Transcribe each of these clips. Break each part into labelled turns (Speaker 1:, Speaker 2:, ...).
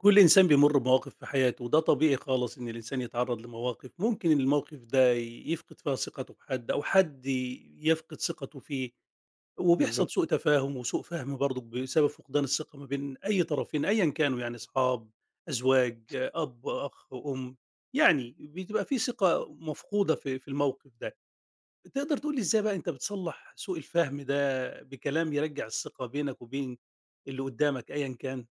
Speaker 1: كل إنسان بيمُر بمواقف في حياته، وده طبيعي خالص إن الإنسان يتعرّض لمواقف ممكن الموقف ده يفقد فيها ثقته بحد أو حد يفقد ثقته فيه،
Speaker 2: بالضبط.
Speaker 1: وبيحصل سوء تفاهم وسوء فهم برضه بسبب فقدان الثقة ما بين أي طرفين أيًا كانوا يعني أصحاب، أزواج، أب، أخ، أم، يعني بتبقى في ثقة مفقودة في الموقف ده. تقدر تقول لي إزاي بقى أنت بتصلّح سوء الفهم ده بكلام يرجّع الثقة بينك وبين اللي قدّامك أيًا كان؟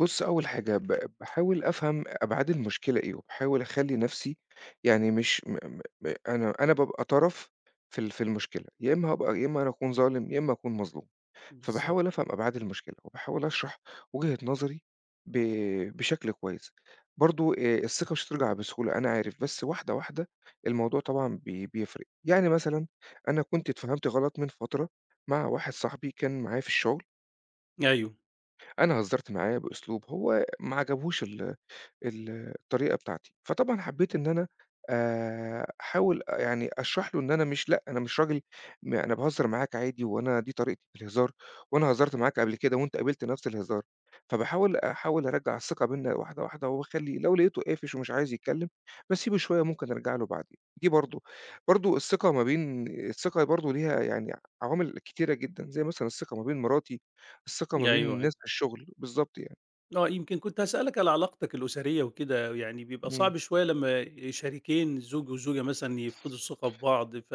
Speaker 2: بُص، أول حاجة باحاول أفهم أبعاد المشكلة إيه، وباحاول أخلّي نَفْسي يعني مش م م م أنا بابقى طرف في ال في المشكلة، يا إما هابقى يا إما أنا أكون ظالم، يا إما أكون مظلوم.
Speaker 1: بالضبط.
Speaker 2: فباحاول أفهم أبعاد المشكلة، وباحاول أشرح وجهة نظري ب بشكل كويس. برضه الثقة مش هترجع بسهولة أنا عارف، بس واحدة، واحدة الموضوع طبعًا بيفرق. يعني مثلًا أنا كنت اتفهمت غلط من فترة مع واحد صاحبي كان معايا في الشغل.
Speaker 1: أيوه،
Speaker 2: أنا هزّرت معاه بأسلوب هو ما عجبهوش ال ال الطريقة بتاعتي. فطبعًا حبّيت إن أنا أحاول يعني أشرح له إن أنا مش لأ، أنا مش راجل أنا باهزّر معاك عادي وأنا دي طريقتي في الهزار، وأنا هزرت معاك قبل كده وأنت قبلت نفس الهزار. أحاول أرجّع الثقة بيننا واحدة، واحدة، واخلّي لو لقيته قافش ومش عايز يتكلّم، باسيبه شوية ممكن أرجع له بعدين. دي برضه، برضه الثقة ما بين الثقة برضه ليها يعني عوامل كتيرة جدًا، زي مثلًا الثقة ما بين مراتي، الثقة ما
Speaker 1: أيوه،
Speaker 2: بين
Speaker 1: أيوه.
Speaker 2: الناس في الشغل. بالضبط يعني.
Speaker 1: آه، يمكن كنت هاسألك على علاقتك الأسرية وكده، يعني بيبقى
Speaker 2: إمم.
Speaker 1: صعب شوية لمّا شريكين الزوج والزوجة مثلًا يفقدوا الثقة في بعض،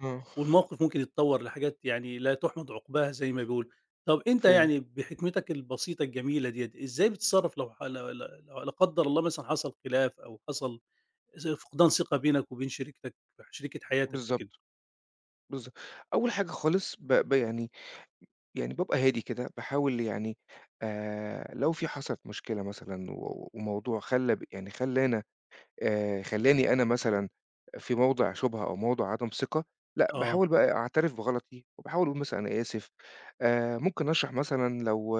Speaker 2: آه.
Speaker 1: والموقف ممكن يتطور لحاجات يعني لا تُحمد عقباها زي ما بيقولوا. طب أنت
Speaker 2: فاهم.
Speaker 1: يعني بحكمتك البسيطة الجميلة ديّة، إزاي بتتصرف لو ح لو لو لا قدر الله مثلًا حصل خلاف أو حصل فقدان ثقة بينك وبين شريكة حياتك وكده؟
Speaker 2: بالضبط، بالضبط. أول حاجة خالص ب ب يعني يعني بابقى هادي كده، باحاول يعني لو في حصلت مشكلة مثلًا و وموضوع خلّى ب يعني خلّانا خلّاني أنا مثلًا في موضع شُبهة أو موضع عدم ثقة، لأ،
Speaker 1: آه،
Speaker 2: باحاول بقى أعترف بغلطي وباحاول أقول مثلًا أنا آسف، ممكن أشرح مثلًا لو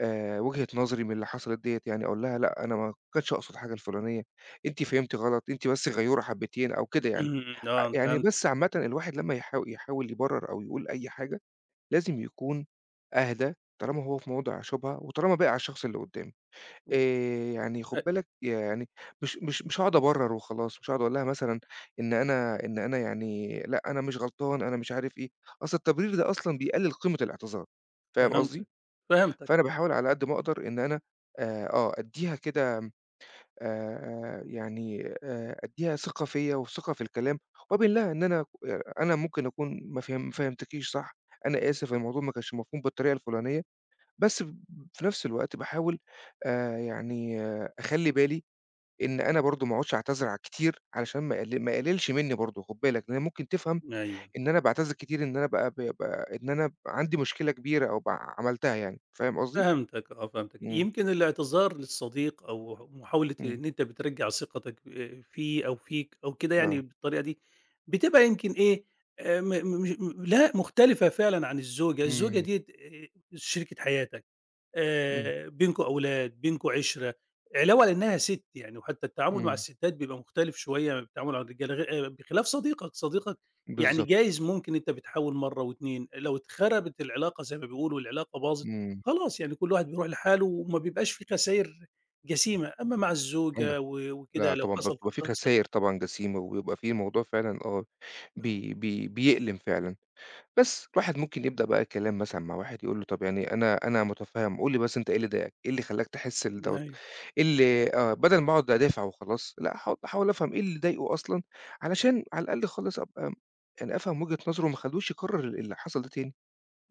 Speaker 2: وجهة نظري من اللي حصلت ديّة يعني، أقول لها لأ، أنا ما كنتش أقصد حاجة الفلانية، أنتِ فهمتِ غلط، أنتِ بس غيورة حبّتين أو كده يعني.
Speaker 1: إمم، آه،
Speaker 2: يعني
Speaker 1: فهمتك،
Speaker 2: بس عامةً الواحد لمّا يحاول يبرّر أو يقول أي حاجة، لازم يكون أهدى طالما هو في موضع شُبهة وطالما بايق على الشخص اللي قُدّامي.
Speaker 1: و
Speaker 2: يعني
Speaker 1: أ
Speaker 2: خُد بالك يعني مش هاقعد أبرّر وخلاص، مش هاقعد أقول لها مثلًا إن أنا يعني لأ، أنا مش غلطان، أنا مش عارف إيه، أصل التبرير ده أصلًا بيقلِّل قيمة الاعتذار، فاهم قصدي؟
Speaker 1: فهمتك، فهمتك،
Speaker 2: فأنا باحاول على قد ما أقدر إن أنا أدّيها كده أدّيها ثقة فيّا وثقة في الكلام، وأبين لها إن أنا أنا ممكن أكون ما فهمتكيش صح، أنا آسف الموضوع ما كانش مفهوم بالطريقة الفلانية، بس في نفس الوقت باحاول أخلّي بالي إن أنا برضه ما اقعدش أعتذر ع كتير علشان ما أقللش منّي برضه خُد بالك، لإن هي ممكن تفهم
Speaker 1: أيوه.
Speaker 2: إن أنا باعتذر كتير إن أنا ب ب ب إن أنا عندي مشكلة كبيرة أو عملتها يعني، فاهم قصدي؟
Speaker 1: فهمتك آه، فهمتك.
Speaker 2: إمم،
Speaker 1: يمكن الاعتذار للصديق أو محاولة
Speaker 2: إمم،
Speaker 1: إن أنت بترجّع ثقتك فيه أو فيك أو كده يعني
Speaker 2: آه،
Speaker 1: بالطريقة دي، بتبقى يمكن إيه، م م مش م لأ مختلفة فعلًا عن الزوجة، الزوجة
Speaker 2: إمم،
Speaker 1: ديّة شريكة حياتك.
Speaker 2: إمم،
Speaker 1: بينكم أولاد، بينكم عِشرة، علاوة على إنها سِت يعني وحتى التعامل مع
Speaker 2: إمم،
Speaker 1: السِتات بيبقى مختلف شوية عن التعامل مع الرجالة غير آه، بخلاف صديقك، صديقك يعني
Speaker 2: بالضبط،
Speaker 1: جايز ممكن أنت بتحاول مرّة و2، لو اتخربت العلاقة زي ما بيقولوا العلاقة باظت،
Speaker 2: إمم.
Speaker 1: خلاص يعني كل واحد بيروح لحاله وما بيبقاش في خساير جسيمة، أمّا مع
Speaker 2: عندك.
Speaker 1: الزوجة و
Speaker 2: لأ
Speaker 1: وكده لو
Speaker 2: طبعًا،
Speaker 1: حصل
Speaker 2: بتبقى في
Speaker 1: فقدان ثقة
Speaker 2: خساير طبعًا جسيمة، وبيبقى في الموضوع فعلًا آه، بي بي بيألم فعلًا. بس الواحد ممكن يبدأ بقى كلام مثلًا مع واحد يقول له: "طب يعني أنا مُتفهّم، قُل لي بس أنت إيه اللي ضايقك، إيه اللي خلّاك تحس
Speaker 1: آه،
Speaker 2: لدوّة،
Speaker 1: أيوه،
Speaker 2: إيه اللي" آه، بدل ما أقعد أدافع وخلاص، لأ هاقعد أحاول أفهم إيه اللي ضايقه أصلًا، علشان على الأقل خالص أبقى يعني أفهم وجهة نظره وما اخلّوش يكرر اللي حصل ده تاني،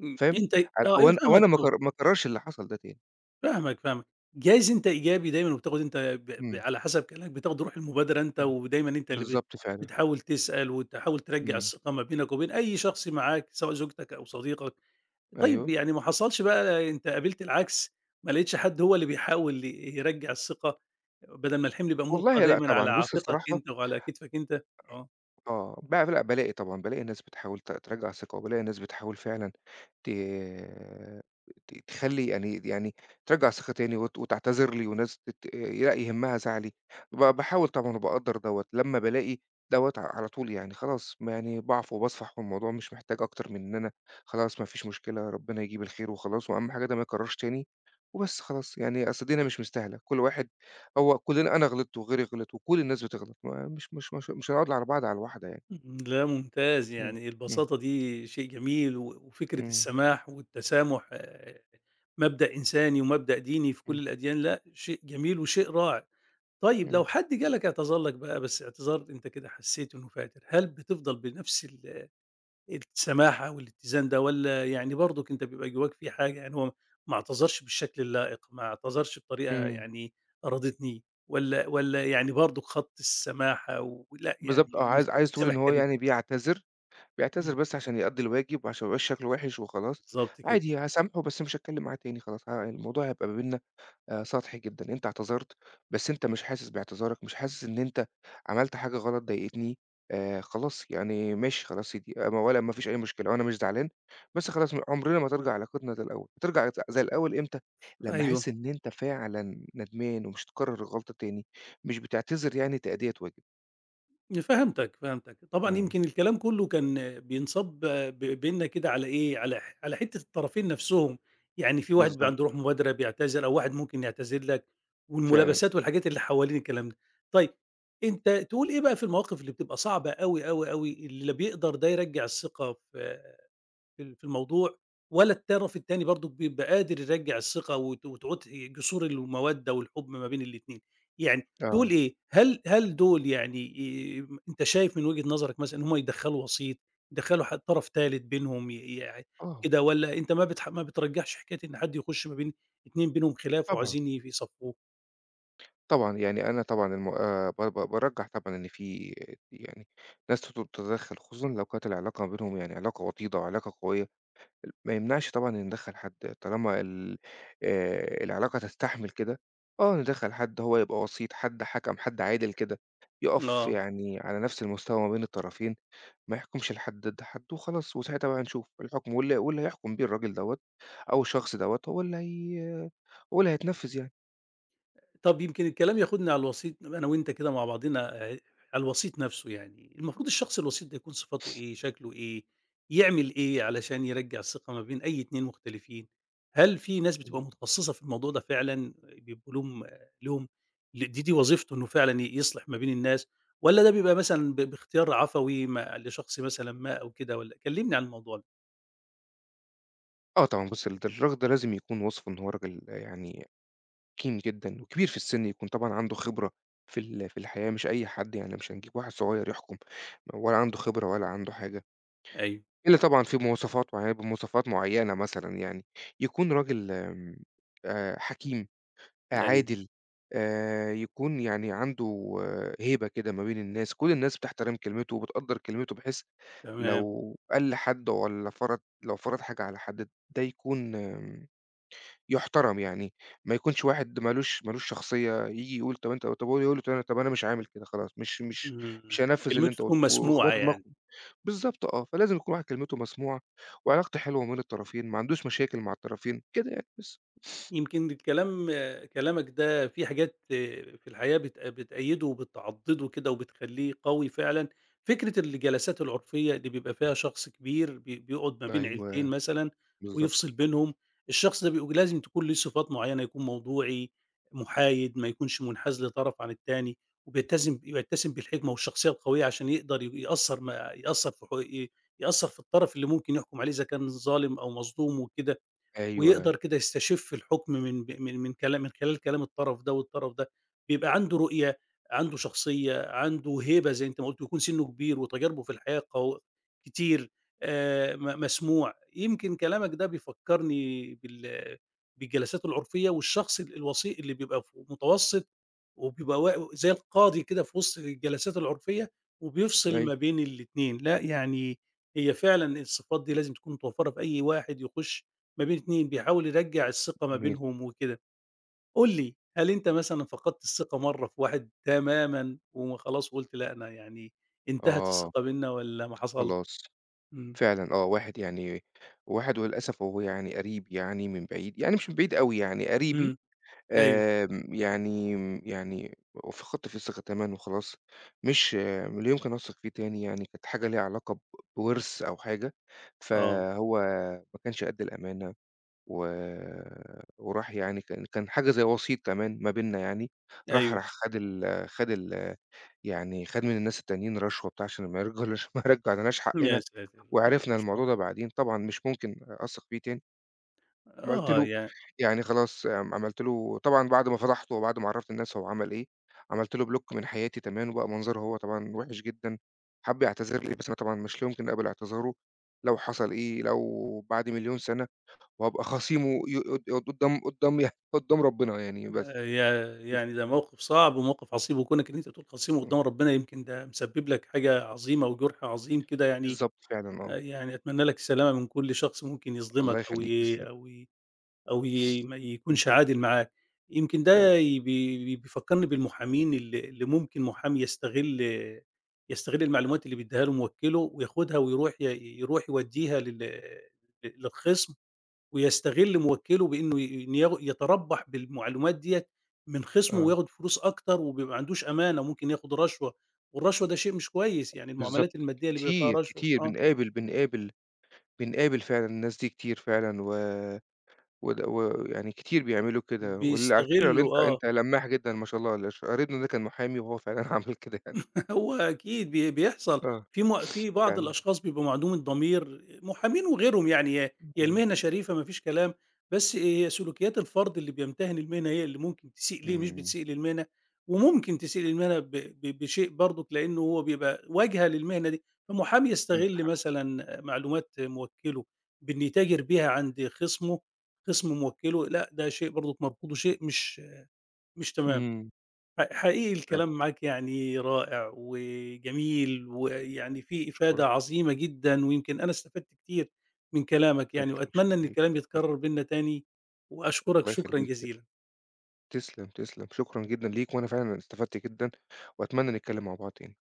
Speaker 1: إمم،
Speaker 2: فاهم؟
Speaker 1: أنت
Speaker 2: على
Speaker 1: آه،
Speaker 2: أو
Speaker 1: أيوه
Speaker 2: أنا أو
Speaker 1: فاهمك
Speaker 2: أنا ما
Speaker 1: طبعًا.
Speaker 2: اكر ما اكررش اللي حصل ده تاني.
Speaker 1: فاهمك، فاهمك. جايز أنت إيجابي دايمًا وبتاخد أنت ب ب
Speaker 2: إمم،
Speaker 1: على حسب كلامك بتاخد روح المبادرة أنت، ودايمًا أنت اللي
Speaker 2: بالضبط فعلًا،
Speaker 1: بتحاول تسأل وتحاول ترجّع
Speaker 2: إمم،
Speaker 1: الثقة ما بينك وبين أي شخص معاك سواء زوجتك أو صديقك. طيب
Speaker 2: أيوه.
Speaker 1: يعني ما حصلش بقى أنت قابلت العكس، ما لقيتش حد هو اللي بيحاول يرجّع الثقة بدل ما الحمل يبقى مُلقى
Speaker 2: والله لأ
Speaker 1: دايمًا على
Speaker 2: طبعًا، بُص
Speaker 1: عاتقك
Speaker 2: الصراحة
Speaker 1: أنت وعلى كتفك أنت؟ آه.
Speaker 2: آه، لأ بالاقي طبعًا، بالاقي الناس بتحاول ترجّع ثقة، وبالاقي الناس بتحاول فعلًا ت ت تخلّي يعني ترجّع ثقة تاني وتعتذر لي، وناس لأ يهمّها زعلي، باحاول طبعًا وباقدّر دوّة، لمّا بالاقي دوّة على طول يعني خلاص، ما يعني باعفو وباصفح، والموضوع مش محتاج أكتر من إن أنا خلاص ما فيش مشكلة، ربنا يجيب الخير وخلاص، وأهم حاجة ده ما يتكرّرش تاني، وبس خلاص، يعني أصل الدنيا مش مستاهلة، كل واحد هو كلنا أنا غلطت وغيري غلط وكل الناس بتغلط، ما مش مش مش مش هنقعد على بعض على الواحدة يعني،
Speaker 1: إمم، لا ممتاز،
Speaker 2: إمم،
Speaker 1: يعني
Speaker 2: إمم،
Speaker 1: البساطة دي شيء جميل، وفكرة
Speaker 2: إمم،
Speaker 1: السماح والتسامح مبدأ إنساني ومبدأ ديني في
Speaker 2: إمم،
Speaker 1: كل الأديان، لأ شيء جميل وشيء رائع. طيب
Speaker 2: إمم،
Speaker 1: لو حد جالك اعتذر لك بقى، بس اعتذار أنت كده حسيت إنه فاتر، هل بتفضل بنفس السماحة والاتزان ده، والّا يعني برضك أنت بيبقى جواك في حاجة يعني هو ما اعتذرش بالشكل اللائق، ما اعتذرش بطريقة
Speaker 2: إمم،
Speaker 1: يعني أرضتني، والّا يعني برضك خط السماحة، ولأ
Speaker 2: بالضبط آه،
Speaker 1: يعني مش
Speaker 2: عايز تقول إن
Speaker 1: سامح
Speaker 2: هو
Speaker 1: كريم؟
Speaker 2: يعني بيعتذر، بيعتذر
Speaker 1: إمم.
Speaker 2: بس عشان يأدّي الواجب وعشان ما يبقاش شكله وِحِش وخلاص،
Speaker 1: بالضبط كده،
Speaker 2: عادي هاسامحه بس مش هاتكلم معاه تاني خلاص، الموضوع هيبقى ما بيننا سطحي جدًا، أنت اعتذرت بس أنت مش حاسس باعتذارك، مش حاسس إن أنت عملت حاجة غلط ضايقتني، خلاص يعني ماشي خلاص سيدي ما فيش أي مشكلة وأنا مش زعلان، بس خلاص عمرنا ما ترجع علاقتنا زي الأول، هترجع زي الأول إمتى؟ لمّا
Speaker 1: أيوه،
Speaker 2: أحس إن أنت فعلًا ندمان ومش هتكرر الغلطة تاني، مش بتعتذر يعني تأدية واجب.
Speaker 1: فهمتك، فهمتك. طبعًا
Speaker 2: إمم،
Speaker 1: يمكن الكلام كلّه كان بينصب بيننا كده على إيه، على على حتّة الطرفين نَفْسهم، يعني في واحد بيبقى
Speaker 2: بالضبط،
Speaker 1: عنده روح مبادرة بيعتذر أو واحد ممكن يعتذر لك
Speaker 2: فعلًا،
Speaker 1: والملابسات والحاجات اللي حوالين الكلام ده. طيب أنت تقول إيه بقى في المواقف اللي بتبقى صعبة أوي، أوي، أوي اللي لا بيقدر ده يرجّع الثقة في الموضوع، ولا الطرف التاني برضه بيبقى قادر يرجّع الثقة وتعود إيه، جسور المودة والحب ما بين الاتنين، يعني دول
Speaker 2: آه،
Speaker 1: إيه، هل دول يعني أنت شايف من وجهة نظرك مثلًا إن هم يدخّلوا وسيط، يدخّلوا طرف تالت بينهم ي يع
Speaker 2: آه،
Speaker 1: كده والّا أنت ما بترجّحش حكاية إن حد يخش ما بين اتنين بينهم خلاف
Speaker 2: طبعًا.
Speaker 1: وعايزين يصفّوه؟
Speaker 2: طبعًا، يعني أنا طبعًا الم ب ب بارجّح طبعًا إن في يعني ناس تتدخّل، خصوصًا لو كانت العلاقة ما بينهم يعني علاقة وطيدة وعلاقة قوية، ما يمنعش طبعًا إن ندخّل حد طالما ال العلاقة تستحمل كده، آه ندخّل حد هو يبقى وسيط، حد حَكَم، حد عادل كده، يقف
Speaker 1: آه.
Speaker 2: يعني على نفس المستوى ما بين الطرفين، ما يحكمش لحد ضد حد وخلاص، وساعتها بقى نشوف الحكم واللي هيحكم بيه الراجل دوّة أو الشخص دوّة هو اللي هيتنفّذ يعني.
Speaker 1: طب يمكن الكلام ياخدني على الوسيط نبقى أنا وأنت كده مع بعضنا على الوسيط نفسه يعني، المفروض الشخص الوسيط ده يكون صفاته إيه، شكله إيه، يعمل إيه علشان يرجّع الثقة ما بين أي 2 مختلفين؟ هل في ناس بتبقى متخصصة في الموضوع ده فعلًا بيبقوا لهم آه، لهم دي وظيفته إنه فعلًا يصلح ما بين الناس، والّا ده بيبقى مثلًا باختيار عفوي ما لشخص مثلًا ما أو كده والّا كلمني عن الموضوع ده؟
Speaker 2: آه طبعًا بُص الراجل ده لازم يكون واثق إن هو راجل يعني حكيم جدًا وكبير في السِن، يكون طبعًا عنده خبرة في ال في الحياة، مش أي حد يعني مش هنجيب واحد صغير يحكم ولا عنده خبرة ولا عنده حاجة،
Speaker 1: أيوه،
Speaker 2: إلّا طبعًا في مواصفات معيّنة بمواصفات معيّنة مثلًا يعني، يكون راجل آمم، حكيم،
Speaker 1: أيوه،
Speaker 2: عادل، يكون يعني عنده آه، هيبة كده ما بين الناس، كل الناس بتحترم كلمته وبتقدّر كلمته بحيث
Speaker 1: تمام،
Speaker 2: لو قال لحد والّا فرض لو فرض حاجة على حد ده يكون يُحترم يعني، ما يكونش واحد ما لوش شخصية، ييجي يقول طب أنت طب هو يقول له طب أنا طب أنا مش عامل كده خلاص، مش
Speaker 1: إمم،
Speaker 2: هانفذ اللي
Speaker 1: كلمته
Speaker 2: أنت
Speaker 1: تكون
Speaker 2: قُلته،
Speaker 1: مسموعة
Speaker 2: واخبطوا
Speaker 1: يعني.
Speaker 2: دماغهم. بالضبط آه، فلازم يكون واحد كلمته مسموعة، وعلاقته حلوة ما بين الطرفين، ما عندوش مشاكل مع الطرفين، كده يعني بس.
Speaker 1: يمكن الكلام كلامك ده في حاجات في الحياة بتأيده وبتعضده كده وبتخليه قوي فعلا فكرة الجلسات العرفية اللي بيبقى فيها شخص كبير بيقعد ما بين عيلتين
Speaker 2: أيوه،
Speaker 1: مثلا
Speaker 2: بالضبط،
Speaker 1: ويفصل بينهم الشخص ده بيبقى لازم تكون له صفات معينة يكون موضوعي محايد ما يكونش منحاز لطرف عن التاني وبيتسم بالحكمة والشخصية القوية عشان يقدر يأثر ما يأثر في حقوق- يأثر في الطرف اللي ممكن يحكم عليه إذا كان ظالم أو مظلوم وكده
Speaker 2: أيوه،
Speaker 1: ويقدر كده يستشف الحكم من ب من من كلا من خلال كلام الطرف ده والطرف ده، بيبقى عنده رؤية، عنده شخصية، عنده هيبة زي أنت ما قُلت، ويكون سنّه كبير وتجاربه في الحياة كتير م مسموع، يمكن كلامك ده بيفكّرني بالجلسات العُرفية والشخص الوسيط اللي بيبقى متوسّط وبيبقى وا زي القاضي كده في وسط الجلسات العُرفية وبيفصل
Speaker 2: أيوه،
Speaker 1: ما بين الاتنين، لأ يعني هي فعلًا الصفات دي لازم تكون متوفّرة في أي واحد يخُش ما بين 2 بيحاول يرجّع الثقة ما
Speaker 2: جميل،
Speaker 1: بينهم وكده. قُل لي، هل أنت مثلًا فقدت الثقة مرّة في واحد تمامًا وخلاص وقُلت لأ أنا يعني انتهت
Speaker 2: آه،
Speaker 1: الثقة بيننا والّا ما حصلش؟
Speaker 2: خلاص،
Speaker 1: إمم،
Speaker 2: فعلًا آه، واحد وللأسف هو يعني قريب يعني من بعيد، يعني مش من بعيد أوي يعني قريبي
Speaker 1: إمم، أيوه،
Speaker 2: آمم، يعني يعني فقدت فيه الثقة تمامًا وخلاص، مش آم، لا يمكن أثق فيه تاني يعني كانت حاجة ليها علاقة بِوِرث أو حاجة،
Speaker 1: آه،
Speaker 2: فهو ما كانش قد الأمانة و وراح يعني كان حاجة زي وسيط كمان ما بيننا يعني، راح
Speaker 1: أيوه،
Speaker 2: راح خَد ال خَد ال يعني خَد من الناس التانيين رشوة بتاع عشان ما يرجعولناش ما يرجعلناش
Speaker 1: يا
Speaker 2: حقنا،
Speaker 1: ساتر! ما
Speaker 2: وعرفنا
Speaker 1: شاء الله.
Speaker 2: الموضوع ده بعدين، طبعًا مش ممكن أثق فيه تاني. عملت
Speaker 1: آه،
Speaker 2: له
Speaker 1: يع
Speaker 2: يعني خلاص عملت له طبعًا بعد ما فضحته وبعد ما عرّفت الناس هو عمل إيه، عملت له block من حياتي تمامًا، وبقى منظره هو طبعًا وِحِش جدًا، حَب يعتذر لي بس أنا طبعًا مش يمكن أقبل اعتذاره، لو حصل إيه، لو بعد 1000000 سَنة وهابقى خصيمه ي قد قدّام يعني قدّام ربنا يعني بس.
Speaker 1: يع يعني ده موقف صعب وموقف عصيب، وكونك إن أنت تقول خصيم
Speaker 2: إمم،
Speaker 1: قدّام ربنا يمكن ده مسبب لك حاجة عظيمة وجُرح عظيم كده يعني،
Speaker 2: بالضبط فعلًا
Speaker 1: آه،
Speaker 2: آه،
Speaker 1: يعني أتمنى لك السلامة من كل شخص ممكن يظلمك
Speaker 2: الله
Speaker 1: أو
Speaker 2: يخلّيك
Speaker 1: ي
Speaker 2: تسلم،
Speaker 1: أو ي أو ي ما
Speaker 2: إمم،
Speaker 1: يكونش عادل معاك. يمكن
Speaker 2: فعلًا،
Speaker 1: ده بيفكّرني بالمحامين اللي ممكن محامي يستغل المعلومات اللي بيدّيها له موكّله وياخدها ويروح يروح يودّيها للخصم ويستغل موكّله بإنه ي إنه ياخ يتربّح بالمعلومات ديّة من خصمه
Speaker 2: آه،
Speaker 1: وياخد فلوس أكتر وبيبقى ما عندوش أمانة وممكن ياخد رشوة، والرشوة ده شيء مش كويس، يعني المعاملات
Speaker 2: بالضبط،
Speaker 1: المادّية اللي بيبقى فيها
Speaker 2: كتير،
Speaker 1: رشوة
Speaker 2: كتير
Speaker 1: آه،
Speaker 2: بنقابل بنقابل بنقابل فعلًا الناس دي كتير فعلًا و ود ويعني كتير بيعملوا كده، على فكرة اللي
Speaker 1: بيستغلّوا
Speaker 2: أنت
Speaker 1: آه.
Speaker 2: أنت لمّاح جدًا ما شاء الله، اللي ش قريبنا ده كان محامي وهو فعلًا عمل كده يعني،
Speaker 1: هو أكيد بيحصل
Speaker 2: آه،
Speaker 1: في بعض
Speaker 2: فعلًا،
Speaker 1: الأشخاص بيبقوا معدوم الضمير، محامين وغيرهم يعني هي
Speaker 2: إمم،
Speaker 1: المهنة شريفة ما فيش كلام، بس هي سلوكيات الفرد اللي بيمتهن المهنة هي اللي ممكن تسيء ليه مش
Speaker 2: إمم،
Speaker 1: بتسيء للمهنة، وممكن تسيء للمهنة ب ب بشيء برضك لأنه هو بيبقى واجهة للمهنة دي، فمحامي
Speaker 2: عندك
Speaker 1: يستغل
Speaker 2: حق،
Speaker 1: مثلًا معلومات موكله بإنه يتاجر بيها عند خصمه، خصم موكله لأ ده شيء برضك مرفوض وشيء مش تمام.
Speaker 2: إمم،
Speaker 1: حقيقي
Speaker 2: فعلًا،
Speaker 1: الكلام معاك يعني رائع وجميل، ويعني فيه
Speaker 2: أشكرك،
Speaker 1: إفادة عظيمة جدًا، ويمكن أنا استفدت كتير من كلامك
Speaker 2: الله
Speaker 1: يعني،
Speaker 2: يخليك،
Speaker 1: وأتمنى
Speaker 2: شكرًا
Speaker 1: إن
Speaker 2: ليك،
Speaker 1: الكلام
Speaker 2: شكرًا،
Speaker 1: يتكرر بيننا تاني، وأشكرك
Speaker 2: الله
Speaker 1: شكرًا
Speaker 2: يخليك،
Speaker 1: جزيلًا.
Speaker 2: تسلم، تسلم، شكرًا جدًا ليك، وأنا فعلًا استفدت جدًا، وأتمنى نتكلم مع بعض تاني.